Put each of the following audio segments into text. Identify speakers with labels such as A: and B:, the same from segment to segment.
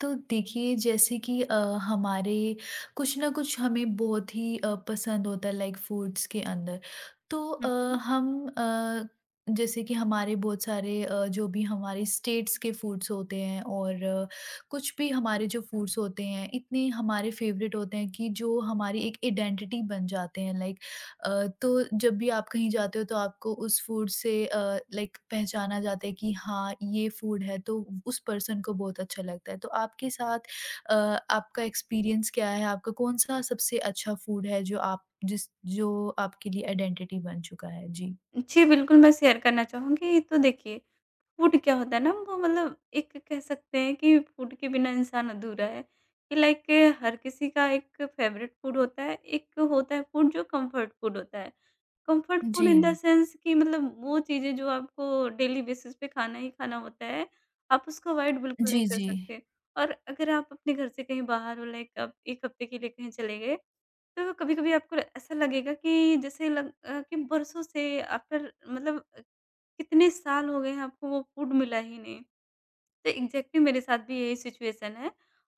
A: तो देखिए जैसे कि हमारे कुछ ना कुछ हमें बहुत ही पसंद होता है लाइक फूड्स के अंदर तो
B: हुँ, हुँ।
A: हम अ, जैसे कि हमारे बहुत सारे जो भी हमारे स्टेट्स के फूड्स होते हैं और कुछ भी हमारे जो फूड्स होते हैं इतने हमारे फेवरेट होते हैं कि जो हमारी एक आइडेंटिटी बन जाते हैं लाइक तो जब भी आप कहीं जाते हो तो आपको उस फूड से लाइक पहचाना जाता है कि हाँ ये फूड है तो उस पर्सन को बहुत अच्छा लगता है। तो आपके साथ अ, आपका एक्सपीरियंस क्या है? आपका कौन-सा सबसे अच्छा फूड है जो आप जिस जो आपके लिए आइडेंटिटी बन चुका है? जी।
B: जी, बिल्कुल मैं शेयर करना चाहूँगी। तो देखिए, फूड क्या होता है ना, वो मतलब एक कह सकते हैं कि फूड के बिना इंसान अधूरा है, कि लाइक हर किसी का एक फ़ेवरेट फूड होता है, एक होता है फूड जो कम्फ़र्ट फूड होता है। कम्फ़र्ट फूड इन द
A: जी।
B: सेंस कि मतलब वो चीज़ें जो आपको डेली बेसिस पे खाना ही खाना होता है, आप उसको अवॉइड बिल्कुल
A: जी,
B: नहीं कर
A: जी।
B: सकते। और अगर आप अपने घर से कहीं बाहर हो, लाइक आप 1 हफ़्ते के लिए कहीं चले गए, तो कभी-कभी आपको ऐसा लगेगा कि जैसे कि बरसों से आफ्टर मतलब कितने साल हो गए हैं आपको वो फूड मिला ही नहीं। तो एग्ज़ैक्टली मेरे साथ भी यही सिचुएशन है,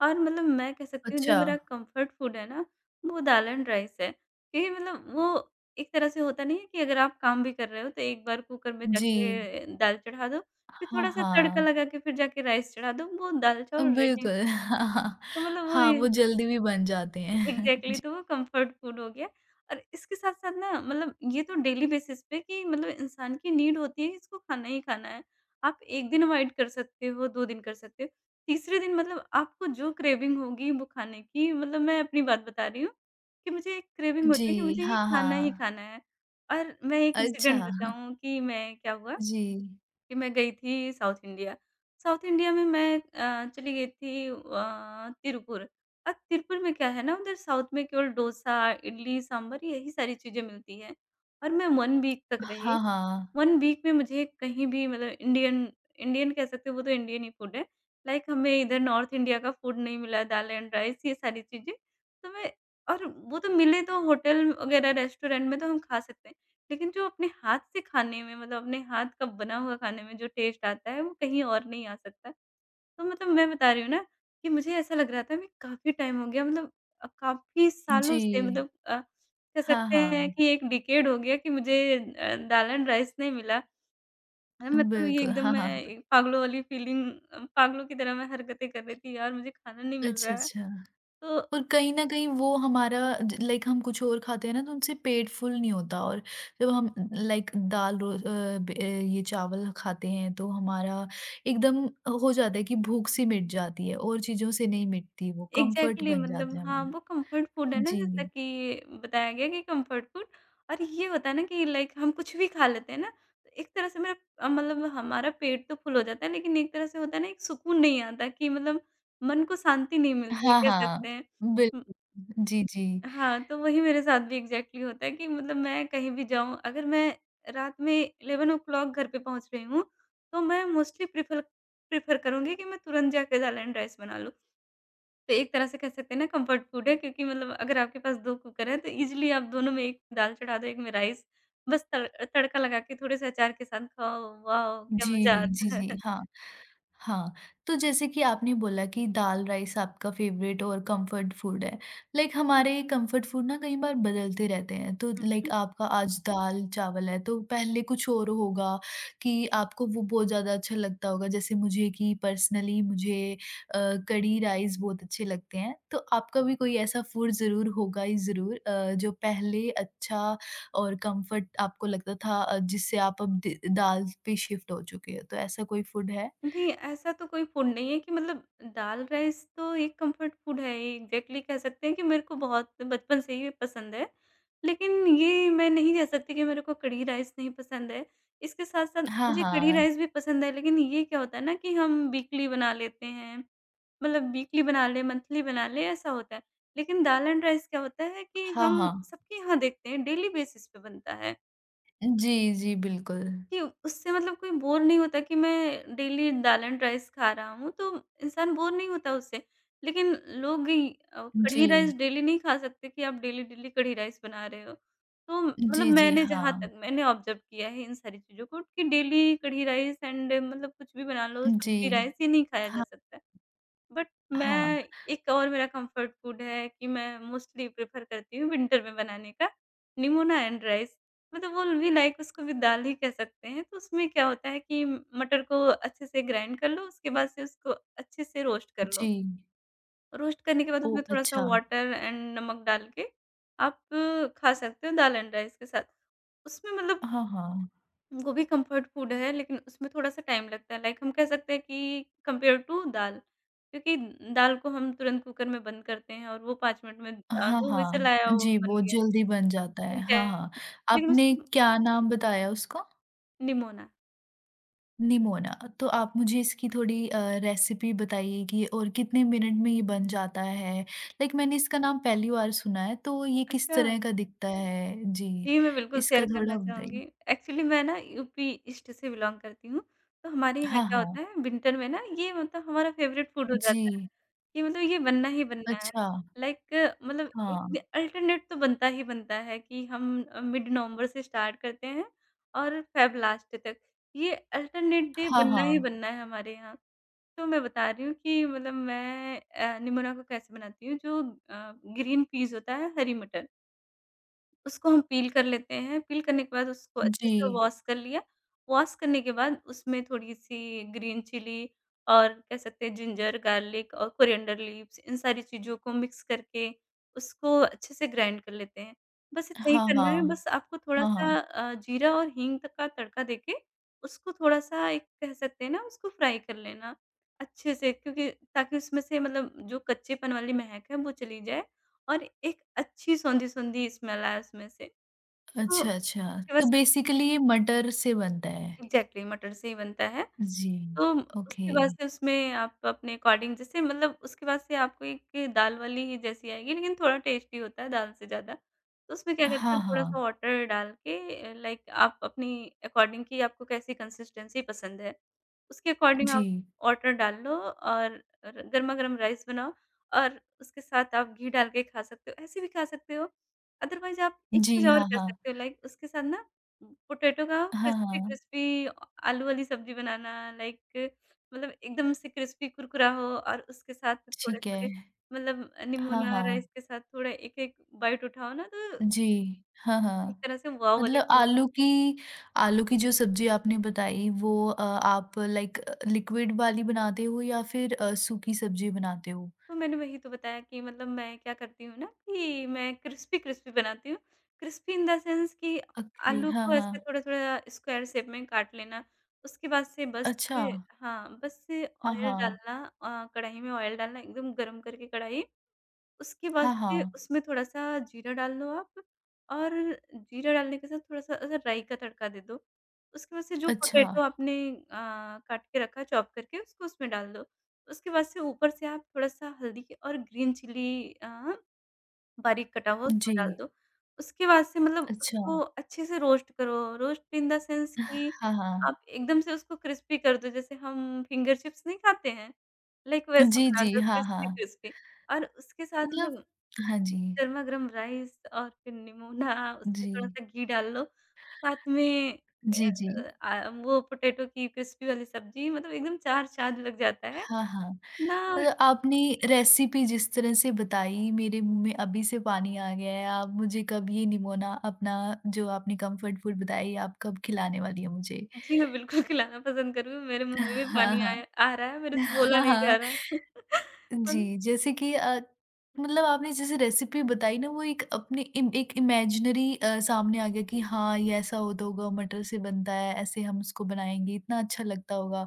B: और मतलब मैं कह सकती हूँ जो
A: अच्छा।
B: मेरा कम्फ़र्ट फूड है ना, वो दाल एंड राइस है। क्योंकि मतलब वो एक तरह से होता नहीं है कि अगर आप काम भी कर रहे हो तो एक बार कुकर में
A: जी।
B: जाके दाल चढ़ा दो, फिर
A: हाँ,
B: थोड़ा-सा तड़का
A: हाँ।
B: लगा के फिर जाके राइस चढ़ा दो, वो दाल-चावल रेडी।
A: बिल्कुल। हाँ, हाँ।
B: तो मतलब वो
A: हाँ,
B: ये
A: वो जल्दी भी बन जाते हैं।
B: एग्ज़ैक्टली,
A: जी।
B: तो वो कम्फर्ट फूड हो गया। और इसके साथ-साथ ना, मतलब ये तो डेली बेसिस पे कि मतलब इंसान की नीड होती है कि इसको खाना ही खाना है। आप 1 दिन अवॉइड कर सकते हो, 2 दिन कर सकते हो। तीसरे दिन मतलब आपको जो क्रेविंग होगी वो खाने की, मतलब मैं अपनी बात बता रही हूँ कि मुझे एक क्रेविंग होती है कि
A: जी,
B: मुझे ये
A: हाँ,
B: खाना ही
A: हाँ।
B: खाना है। और मैं एक इंसिडेंट
A: अच्छा।
B: बताऊँ कि मैं क्या हुआ,
A: जी।
B: कि मैं गई थी साउथ इंडिया। साउथ इंडिया में मैं चली गई थी तिरुपुर। अब तिरुपुर में क्या है ना, उधर साउथ में केवल डोसा, इडली, सांभर, यही सारी चीज़ें मिलती हैं और मैं 1 वीक तक रही।
A: हाँ, हाँ।
B: 1 वीक में मुझे कहीं भी मतलब इंडियन, इंडियन कह सकते हो वो तो इंडियन ही फूड है। लाइक हमें इधर नॉर्थ इंडिया का फूड नहीं मिला, दाल एंड राइस ये सारी चीज़ें। तो मैं और वो तो मिले, तो होटल वगैरह रेस्टोरेंट में तो हम खा सकते हैं। लेकिन जो अपने हाथ से खाने में, मतलब अपने हाथ का बना हुआ खाने में जो टेस्ट आता है, वो कहीं और नहीं आ सकता। तो मतलब मैं बता रही हूँ ना, कि मुझे ऐसा लग रहा था मैं काफ़ी टाइम हो गया, मतलब काफ़ी सालों से
A: जी।
B: मतलब कह
A: हाँ,
B: सकते हैं
A: हाँ।
B: कि 1 डिकेड हो गया कि मुझे दाल एंड राइस नहीं मिला। अरे! मतलब ये
A: बिल्कुल,
B: एकदम
A: हाँ,
B: मैं
A: हाँ, हाँ।
B: एक पागलों वाली फीलिंग, पागलों की तरह मैं हरकतें कर रही थी, यार मुझे खाना नहीं मिल
A: अच्छा,
B: रहा है।
A: अच्छा।
B: तो
A: और कहीं न कहीं वो हमारा ज लाइक हम कुछ और खाते हैं ना तो उनसे पेट फुल नहीं होता और जब हम लाइक दाल रो अ, ब अ, ये चावल खाते हैं तो हमारा एकदम हो जाता है कि भूख-सी मिट जाती है और चीज़ों से नहीं मिटती वो, कम्फर्ट
B: एग्ज़ैक्टली,
A: बन
B: मतलब
A: जाता है
B: हाँ,
A: हमारा।
B: वो कम्फ़र्ट फूड है ना, जैसा
A: जी।
B: कि बताया गया कि कम्फ़र्ट फूड। और ये होता है ना कि लाइक हम कुछ भी खा लेते हैं ना, तो एक तरह से मेरा मतलब हमारा पेट तो फुल हो जाता है, लेकिन एक तरह से होता है ना, एक सुकून नहीं आता कि मतलब मन को शांति नहीं मिलती
A: हाँ,
B: कह सकते
A: हाँ। बिल
B: हैं।
A: जी, जी।
B: हाँ, तो वही मेरे साथ भी एग्ज़ैक्टली होता है कि मतलब मैं कहीं भी जाऊँ, अगर मैं रात में 11 ओ क्लॉक घर पे पहुँच रही हूँ, तो मैं मोस्टली प्रेफ़र प्रेफ़र करूँगी कि मैं तुरंत जाके दाल एंड राइस बना लूँ। तो एक तरह से कह सकते हैं ना, कम्फ़र्ट फूड है, क्योंकि मतलब अगर आपके पास 2 कुकर हैं, तो ईज़िली आप दोनों में एक दाल चढ़ा दो, एक में राइस। बस तड़का लगा के थोड़े-से अचार के साथ खाओ, वॉव! क्या मज़ा
A: जी, जी,
B: आता है।
A: जी, हाँ। हाँ, तो जैसे कि आपने बोला कि दाल-राइस आपका फ़ेवरेट और कम्फ़र्ट फ़ूड है। लाइक हमारे कम्फ़र्ट फ़ूड ना कई बार बदलते रहते हैं, तो लाइक
B: हुँ।
A: आपका आज दाल-चावल है, तो पहले कुछ और होगा कि आपको वो बहुत ज़्यादा अच्छा लगता होगा। जैसे मुझे कि पर्सनली मुझे अ, कढ़ी राइस बहुत अच्छे लगते हैं, तो आपका भी कोई ऐसा फ़ूड ज़रूर होगा ही ज़रूर जो पहले अच्छा और कम्फ़र्ट आपको लगता था जिससे आप अब द दाल पे शिफ़्ट हो चुके हो, तो ऐसा कोई फ़ूड है?
B: नहीं, ऐसा तो कोई फूड नहीं है कि मतलब दाल-राइस तो एक कम्फर्ट फूड है। एग्ज़ैक्टली कह सकते हैं कि मेरे को बहुत बचपन से ही पसंद है। लेकिन ये मैं नहीं कह सकती कि मेरे को कढ़ी राइस नहीं पसंद है। इसके साथ-साथ
A: हाँ,
B: मुझे कढ़ी
A: हाँ।
B: राइस भी पसंद है, लेकिन ये क्या होता है ना कि हम वीकली बना लेते हैं, मतलब वीकली बना लें, मंथली बना लें, ऐसा होता है। लेकिन दाल एंड राइस क्या होता है कि
A: हाँ,
B: हम
A: हाँ।
B: सबके यहाँ देखते हैं, डेली बेसिस पे बनता है।
A: जी, जी, बिल्कुल।
B: कि उससे मतलब कोई बोर नहीं होता कि मैं डेली दाल एंड राइस खा रहा हूँ, तो इंसान बोर नहीं होता उससे। लेकिन लोग
A: जी।
B: कढ़ी राइस डेली नहीं खा सकते कि आप डेली-डेली कढ़ी राइस बना रहे हो। तो मतलब
A: जी, जी,
B: मैंने, जहाँ
A: हाँ।
B: तक मैंने ऑब्ज़र्व किया है इन सारी चीज़ों को, कि डेली कढ़ी राइस एंड मतलब कुछ भी बना लो,
A: जी।
B: सब्ज़ी राइस, ये नहीं खाया जा
A: हाँ,
B: सकता है। बट
A: हाँ।
B: मैं, एक और मेरा कम्फर्ट फूड है कि मैं मोस्टली प्रेफ़र करती हूँ विंटर में बनाने का, निमोना एंड राइस। मतलब वो भी लाइक उसको भी दाल ही कह सकते हैं। तो उसमें क्या होता है कि मटर को अच्छे से ग्राइंड कर लो, उसके बाद से उसको अच्छे से रोस्ट कर लो।
A: जी।
B: रोस्ट करने के बाद उसमें
A: ओह!
B: थोड़ा-सा
A: अच्छा।
B: वाटर एंड नमक डाल के आप खा सकते हो दाल एंड राइस के साथ। उसमें मतलब
A: हाँ, हाँ।
B: वो भी कम्फर्ट फूड है, लेकिन उसमें थोड़ा-सा टाइम लगता है। लाइक हम कह सकते हैं कि कंपेयर टू दाल, क्योंकि दाल को हम तुरंत कुकर में बंद करते हैं और वो 5 मिनट में,
A: हाँ,
B: दो व्हिसल
A: हाँ।
B: आया वो
A: जी,
B: बन
A: वो
B: गया।
A: जल्दी बन जाता है। हाँ, हाँ।
B: एग्ज़ैक्टली, लेकिन
A: आपने
B: उसको
A: क्या नाम बताया उसका?
B: निमोना।
A: निमोना। तो आप मुझे इसकी थोड़ी रेसिपी बताइए कि और कितने मिनट में ये बन जाता है? लाइक मैंने इसका नाम पहली बार सुना है, तो ये किस
B: अच्छा।
A: तरह का दिखता है? जी,
B: जी, मैं बिल्कुल शेयर
A: इसका
B: करना
A: थोड़ा
B: चाहूँगी।
A: बताइए।
B: एक्चुअली मैं ना यूपी ईस्ट से बिलॉन्ग करती हूँ, तो हमारे यहाँ
A: हाँ,
B: क्या
A: हाँ।
B: होता है विंटर में ना, ये मतलब हमारा फ़ेवरेट फूड हो जाता है,
A: जी,
B: कि मतलब ये बनना ही बनना है।
A: अच्छा,
B: लाइक मतलब एक
A: हाँ।
B: अल्टरनेट तो बनता ही बनता है कि हम मिड नवंबर से स्टार्ट करते हैं और फ़ेब लास्ट तक, ये अल्टरनेट डे
A: हाँ,
B: बनना ही
A: हाँ।
B: बनना है हमारे यहाँ। तो मैं बता रही हूँ कि मतलब मैं निमोना को कैसे बनाती हूँ। जो अ, ग्रीन पीस होता है, हरी मटर, उसको हम पील कर लेते हैं। पील करने के बाद उसको अच्छे
A: जी।
B: से वॉश कर लिया। वॉश करने के बाद उसमें थोड़ी-सी ग्रीन चिली और कह सकते हैं जिंजर, गार्लिक और कोरिएंडर लीव्स, इन सारी चीज़ों को मिक्स करके उसको अच्छे से ग्राइंड कर लेते हैं। बस इतना ही
A: हाँ,
B: करना है,
A: हाँ।
B: बस आपको
A: हाँ,
B: थोड़ा-सा
A: हाँ।
B: जीरा और हींग तक का तड़का देके उसको थोड़ा-सा, एक कह सकते हैं ना, उसको फ्राई कर लेना अच्छे से, क्योंकि ताकि उसमें से मतलब जो कच्चेपन वाली महक है वो चली जाए और एक अच्छी सोंधी-सोंधी स्मेल आए उसमें से, तो
A: अच्छा, अच्छा।
B: उसकी
A: तो
B: वजह से
A: बेसिकली ये मटर से बनता है।
B: एग्ज़ैक्टली मटर से ही बनता है।
A: जी,
B: तो
A: ओके।
B: उसके बाद से उसमें आप अपने अकॉर्डिंग, जैसे मतलब उसके बाद से आपको एक दाल वाली ही जैसी आएगी, लेकिन थोड़ा टेस्टी होता है दाल से ज़्यादा। तो उसमें क्या करते
A: हाँ,
B: हैं थोड़ा-सा
A: हाँ।
B: वाटर डाल के, लाइक आप अपनी अकॉर्डिंग कि आपको कैसी कंसिस्टेंसी पसंद है, उसके अकॉर्डिंग आप
A: जी।
B: वाटर डाल लो और र गरमा-गरम राइस बनाओ और उसके साथ आप घी डाल के खा सकते हो, ऐसे भी खा सकते हो। अदरवाइज़ आप एक चीज़
A: जी,
B: और
A: हाँ,
B: कर
A: हाँ।
B: सकते हो, लाइक उसके साथ ना पोटैटो का
A: हाँ, हाँ।
B: क्रिस्पी-क्रिस्पी आलू वाली सब्ज़ी बनाना, लाइक मतलब एकदम से क्रिस्पी कुरकुरा हो, और उसके साथ
A: ठीक है।
B: थोड़े-थोड़े, मतलब
A: हाँ,
B: निमोना
A: हाँ।
B: राइस के साथ थोड़ा एक-एक बाइट उठाओ ना, तो
A: जी। हाँ,
B: एक
A: हाँ।
B: तरह से वाव वाली
A: मतलब
B: फीलिंग।
A: आलू की आलू की जो सब्ज़ी आपने बताई वो आप लिक्विड वाली बनाते हो या फिर सूखी सब्ज़ी बनाते हो?
B: तो मैंने वही तो बताया कि मतलब मैं क्या करती हूँ ना कि मैं क्रिस्पी-क्रिस्पी बनाती हूँ। क्रिस्पी इन द सेंस कि
A: ओके,
B: आलू
A: हाँ,
B: को ऐसे
A: हाँ।
B: थोड़ा-थोड़ा स्क्वायर शेप में काट लेना। उसके बाद से
A: अच्छा।
B: हाँ, बस से
A: हाँ,
B: ऑयल
A: हाँ।
B: डालना, कढ़ाई में ऑयल डालना, एकदम गरम करके कढ़ाई, उसके बाद
A: हाँ,
B: से
A: हाँ।
B: उसमें थोड़ा-सा जीरा डाल लो आप, और जीरा डालने के साथ थोड़ा-सा अगर राई का तड़का दे दो। उसके बाद से जो
A: अच्छा।
B: पोटैटो आपने काट के रखा है चॉप करके, उसको उसमें डाल दो। उसके बाद से ऊपर से आप थोड़ा-सा हल्दी के और ग्रीन चिली अ, बारीक कटा हुआ उसमें
A: जी।
B: डाल दो। उसके बाद से मतलब
A: अच्छा।
B: उसको अच्छे से रोस्ट करो, रोस्ट इन द सेंस कि
A: हाँ, हाँ।
B: आप एकदम से उसको क्रिस्पी कर दो, जैसे हम फिंगर चिप्स नहीं खाते हैं? लाइक वैसा
A: जी,
B: बना
A: जी।
B: दो
A: हाँ, हाँ।
B: क्रिस्पी क्रिस्पी और उसके साथ
A: मतलब
B: मतलब
A: हाँ जी।
B: गरमा-गरम राइस और फिर निमोना, उसमें
A: जी।
B: थोड़ा-सा घी डाल लो, साथ में
A: जी, जी।
B: वो पोटैटो की क्रिस्पी वाली सब्ज़ी मतलब एकदम चार चाँद लग जाता है।
A: हाँ, हाँ।
B: ना
A: मतलब आपने रेसिपी जिस तरह से बताई मेरे मुँह में अभी से पानी आ गया है। आप मुझे कब ये निमोना अपना जो आपने कम्फर्ट फूड बताई आप कब खिलाने वाली है मुझे?
B: जी, मैं बिल्कुल खिलाना पसंद करूँगी, मेरे मुँह में भी
A: हाँ,
B: पानी आया
A: हाँ।
B: आ रहा है, मेरे से बोला
A: हाँ,
B: नहीं जा
A: हाँ।
B: रहा। पर
A: जी, जैसे कि मतलब आपने जैसे रेसिपी बताई ना वो एक अपने इम एक इमेजिनरी सामने आ गया कि हाँ, ये ऐसा होता होगा मटर से बनता है, ऐसे हम उसको बनाएँगे, इतना अच्छा लगता होगा।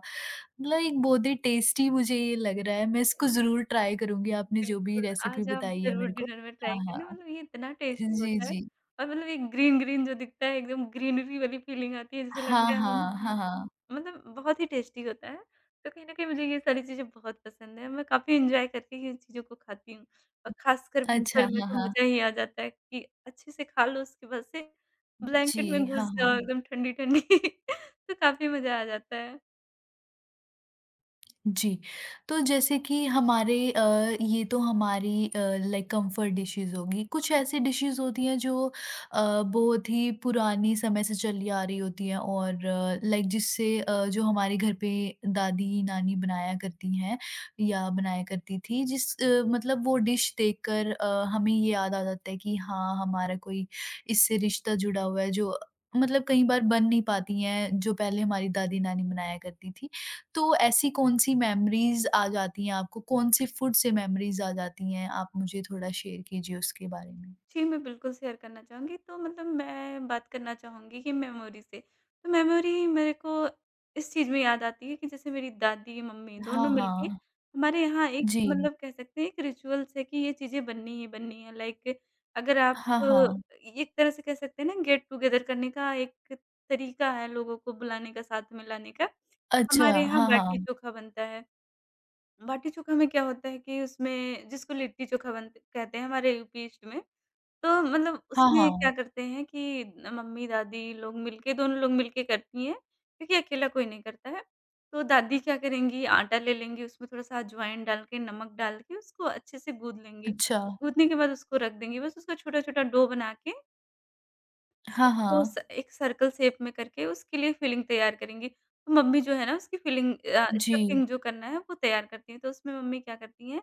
A: मतलब एक बहुत ही टेस्टी मुझे ये लग रहा है, मैं इसको ज़रूर ट्राई करूँगी, आपने जो भी
B: बिल्कुल,
A: रेसिपी
B: आज आप
A: बताई है
B: ज़रूर
A: मेरे को।
B: डिनर में
A: हाँ,
B: ट्राई करना,
A: हाँ।
B: मतलब ये इतना टेस्टी
A: जी,
B: होता है
A: जी।
B: और मतलब ये ग्रीन-ग्रीन जो दिखता है, एकदम ग्रीनरी वाली फीलिंग आती है, जैसे
A: हाँ,
B: लगता है हम
A: हाँ। हाँ, हाँ।
B: मतलब बहुत ही टेस्टी होता है। तो कहीं न कहीं मुझे ये सारी चीज़ें बहुत पसंद हैं। मैं काफ़ी एन्जॉय करके इन चीज़ों को खाती हूँ और ख़ासकर
A: अच्छा,
B: विंटर में
A: हाँ,
B: तो
A: हाँ।
B: मज़ा ही आ जाता है कि अच्छे से खा लो उसके बाद से ब्लैंकेट में
A: जी, हाँ,
B: घुस जाओ
A: हाँ।
B: एकदम ठंडी-ठंडी। तो काफ़ी मज़ा आ जाता है।
A: जी, तो जैसे कि हमारे ये तो हमारी लाइक कंफर्ट डिशेज़ होगी। कुछ ऐसी डिशेज़ होती हैं जो बहुत ही पुरानी समय से चली आ रही होती हैं और लाइक जो हमारे घर पे दादी-नानी बनाया करती हैं या बनाया करती थी मतलब वो डिश देखकर हमें ये याद आ जाता है कि हाँ, हमारा कोई इससे रिश्ता जुड़ा हुआ है जो मतलब कई बार बन नहीं पाती हैं, जो पहले हमारी दादी-नानी बनाया करती थी। तो ऐसी कौन-सी मेमोरीज़ आ जाती हैं आपको? कौन-से फूड से मेमोरीज़ आ जाती हैं? आप मुझे थोड़ा शेयर कीजिए उसके बारे में।
B: जी, मैं बिल्कुल शेयर करना चाहूँगी। तो मतलब मैं बात करना चाहूँगी कि मेमोरी से। तो मेमोरी मेरे को इस चीज़ में याद आती है कि जैसे मेरी दादी, मम्मी दोनों
A: हाँ,
B: हुँ। मिलके
A: हाँ।
B: हमारे यहाँ एक
A: जी।
B: अच्छा। मतलब कह सकते हैं एक रिचुअल्स है कि ये चीज़ें बननी ही बननी है। लाइक अगर आप
A: हाँ,
B: अ,
A: हाँ।
B: एक तरह से कह सकते हैं ना गेट टुगेदर करने का एक तरीका है लोगों को बुलाने का, साथ में लाने का।
A: अच्छा।
B: हमारे यहाँ
A: हाँ, हाँ।
B: बाटी-चोखा बनता है। बाटी-चोखा में क्या होता है कि उसमें जिसको लिट्टी-चोखा बनते कहते हैं हमारे यूपी ईस्ट में। तो मतलब
A: हाँ,
B: उसमें क्या
A: हाँ।
B: करते हैं कि न मम्मी-दादी लोग मिलके दोनों लोग मिलके करती हैं, क्योंकि अकेला कोई नहीं करता है। तो दादी क्या करेंगी आटा ले लेंगी, उसमें थोड़ा-सा अजवाइन डाल के, नमक डाल के उसको अच्छे से गूँध लेंगी।
A: अच्छा।
B: गूँथने के बाद उसको रख देंगी, बस उसका छोटा-छोटा डो बना के
A: हाँ,
B: उसको
A: हाँ।
B: स एक सर्कल शेप में करके उसके लिए फिलिंग तैयार करेंगी। तो मम्मी जो है ना उसकी फिलिंग
A: जी।
B: स्टफिंग जो करना है वो तैयार करती हैं। तो उसमें मम्मी क्या करती हैं,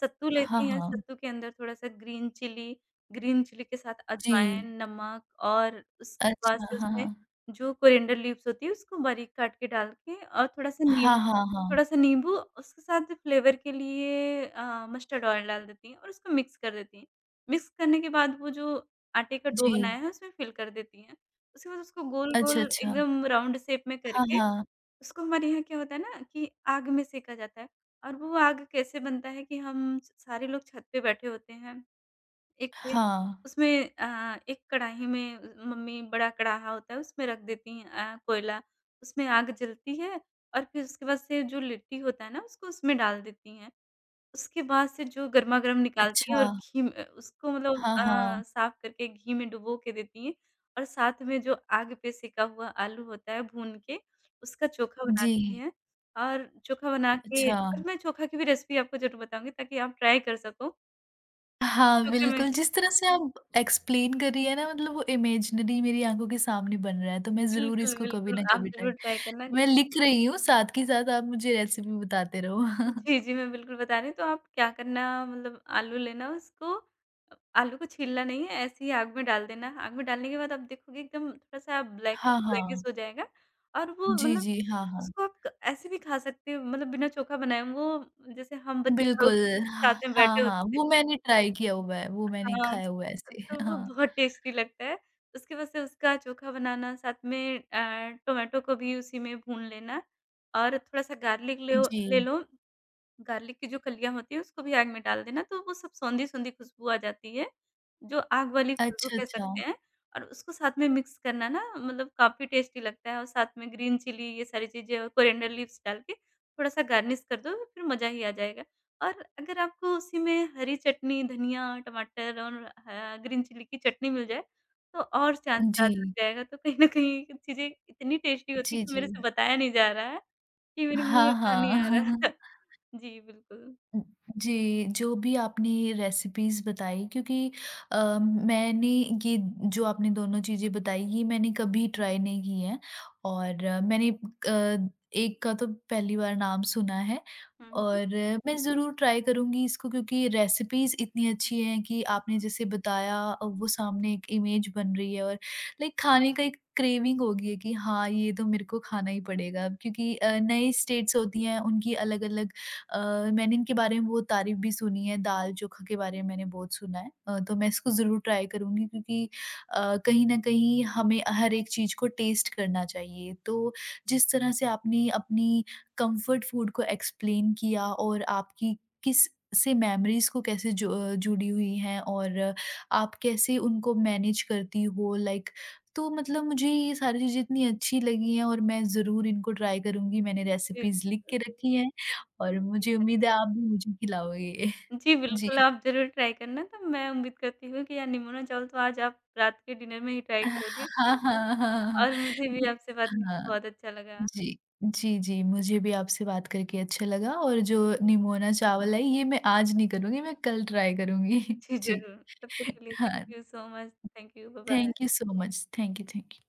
B: सत्तू
A: हाँ,
B: लेती हैं,
A: हाँ।
B: सत्तू के अंदर थोड़ा-सा ग्रीन चिली के साथ
A: जी।
B: अजवाइन, नमक और उसके बाद
A: अच्छा।
B: से उसमें
A: हाँ।
B: जो कोरिएंडर लीव्स होती है उसको बारीक काट के डाल के और थोड़ा-सा
A: हाँ,
B: नीम
A: हाँ, हाँ।
B: थोड़ा-सा नींबू उसके साथ फ्लेवर के लिए मस्टर्ड ऑयल डाल देती हैं और उसको मिक्स कर देती हैं। मिक्स करने के बाद वो जो आटे का डो
A: जी।
B: बनाया है उसमें फ़िल कर देती हैं। उसके बाद उसको
A: अच्छा,
B: गोल-गोल
A: अच्छा।
B: एकदम राउंड शेप में
A: हाँ,
B: करके
A: हाँ।
B: उसको हमारे यहाँ क्या होता है ना कि आग में सेंका जाता है और वो आग कैसे बनता है कि हम स सारे लोग छत पे बैठे होते हैं। एक पे-
A: हाँ।
B: उसमें एक कढ़ाई में मम्मी बड़ा कढ़ाहा होता है उसमें रख देती हैं कोयला, उसमें आग जलती है और फिर उसके बाद से जो लिट्टी होता है ना उसको उसमें डाल देती हैं। उसके बाद से जो गरमा-गरम निकालती हैं
A: अच्छा।
B: और घी में उसको मतलब
A: हाँ, हाँ।
B: साफ करके घी में डुबो के देती हैं और साथ में जो आग पे सेका हुआ आलू होता है भून के, उसका चोखा
A: जी।
B: बनाती हैं और चोखा बना के
A: अच्छा।
B: और मैं चोखा की भी रेसिपी आपको ज़रूर बताऊँगी ताकि आप ट्राई कर सको।
A: हाँ,
B: चोखे में
A: बिल्कुल, जिस तरह से आप एक्सप्लेन कर रही हैं ना मतलब वो इमेजिनरी मेरी आँखों के सामने बन रहा है, तो मैं ज़रूर
B: बिल्कुल,
A: इसको कभी
B: बिल्कुल,
A: ना
B: आप
A: कभी
B: ज़रूर
A: ट्राई
B: ट्राई करना।
A: मैं लिख रही हूँ, साथ ही साथ आप मुझे रेसिपी बताते रहो।
B: जी, जी, मैं बिल्कुल बता रही हूँ, तो आप क्या करना मतलब आलू लेना उसको आलू को छीलना नहीं है, ऐसे ही आग में डाल देना। आग में डालने के बाद आप देखोगे एकदम थोड़ा-सा
A: हाँ,
B: ब्लैकिश-ब्लैकिश
A: हाँ।
B: हो जाएगा और वो
A: जी,
B: मतलब
A: जी, हाँ, हाँ।
B: उसको आप क ऐसे भी खा सकते हो मतलब बिना चोखा बनाए वो जैसे हम बच्चे लोग
A: बिल्कुल, ह
B: साथ में
A: हाँ,
B: बैठे
A: हाँ,
B: होते थे
A: वो मैंने ट्राई किया हुआ है, वो मैंने
B: हाँ,
A: खाया हुआ है ऐसे।
B: तो वो
A: हाँ।
B: बहुत टेस्टी लगता है। उसकी वजह से उसका चोखा बनाना साथ में टोमेटो को भी उसी में भून लेना और थोड़ा-सा गार्लिक
A: जी।
B: ले लो गार्लिक की जो कलियाँ होती हैं उसको भी आग में डाल देना तो वो सब सौंधी-सौंधी खुशबू आ जाती है, जो आग वाली खुशबू
A: अच्छा,
B: कह
A: अच्छा।
B: सकते हैं और उसको साथ में मिक्स करना ना मतलब काफ़ी टेस्टी लगता है और साथ में ग्रीन चिली ये सारी चीज़ें और कोरिएंडर लीव्स डाल के थोड़ा-सा गार्निश कर दो फिर मज़ा ही आ जाएगा। और अगर आपको उसी में हरी चटनी, धनिया, टमाटर और ह ग्रीन चिली की चटनी मिल जाए तो और चाँद
A: जी।
B: रात लग जाएगा तो कहीं न कहीं ये चीज़ें इतनी टेस्टी होती है
A: जी,
B: कि मेरे
A: जी।
B: से बताया नहीं जा रहा है, कि मेरे मुँह
A: हाँ,
B: में पानी आ
A: हाँ।
B: रहा है। जी, बिल्कुल।
A: उ, जी, जो भी आपने ये रेसिपीज़ बताई क्योंकि मैंने ये जो आपने दोनों चीज़ें बताई, ये मैंने कभी ट्राई नहीं की हैं और एक का तो पहली बार नाम सुना है
B: हुँ, हुँ।
A: और मैं ज़रूर ट्राई करूँगी इसको क्योंकि रेसिपीज़ इतनी अच्छी हैं कि आपने जैसे बताया वो सामने एक इमेज बन रही है और लाइक खाने का एक क्रेविंग हो गई है कि हाँ, ये तो मेरे को खाना ही पड़ेगा क्योंकि नई स्टेट्स होती हैं, उनकी अलग-अलग मैंने इनके बारे में बहुत तारीफ़ भी सुनी है, दाल चोखा के बारे में मैंने बहुत सुना है। तो मैं इसको ज़रूर ट्राई करूँगी क्योंकि कहीं न कहीं हमें हर एक चीज़ को टेस्ट करना चाहिए। तो जिस तरह से आपने अपनी कम्फ़र्ट फूड को एक्सप्लेन किया और आपकी किस से मेमोरीज़ को कैसे जुड़ी हुई हैं और आप कैसे उनको मैनेज करती हो लाइक तो मतलब मुझे ये सारी चीज़ें इतनी अच्छी लगी हैं और मैं ज़रूर इनको ट्राई करूँगी। मैंने
B: जी,
A: रेसिपीज़ लिख
B: बिल्कुल।
A: के रखी हैं। और
B: जी,
A: मुझे उम्मीद है
B: धन्यवाद।
A: आप भी मुझे खिलाओगे।
B: जी,
A: जी।
B: बिल्कुल, आप ज़रूर ट्राई करना, तो मैं उम्मीद करती हूँ कि अननिमोना चावल तो आज आप रात के डिनर में ही ट्राई
A: हाँ,
B: करोगे
A: हाँ, हाँ। हाँ।
B: और मुझे भी
A: नहीं
B: आपसे बात करके
A: हाँ,
B: बहुत अच्छा लगा।
A: जी। जी, जी, मुझे भी आपसे बात करके अच्छा लगा और जो निमोना चावल है ये मैं आज नहीं करूँगी, मैं कल ट्राई करूँगी।
B: जी,
A: जी।
B: ज़रूर। तब तक के लिए थैंक
A: हाँ,
B: you so much. Thank you, bye bye.
A: Thank you so much. Thank you, thank you.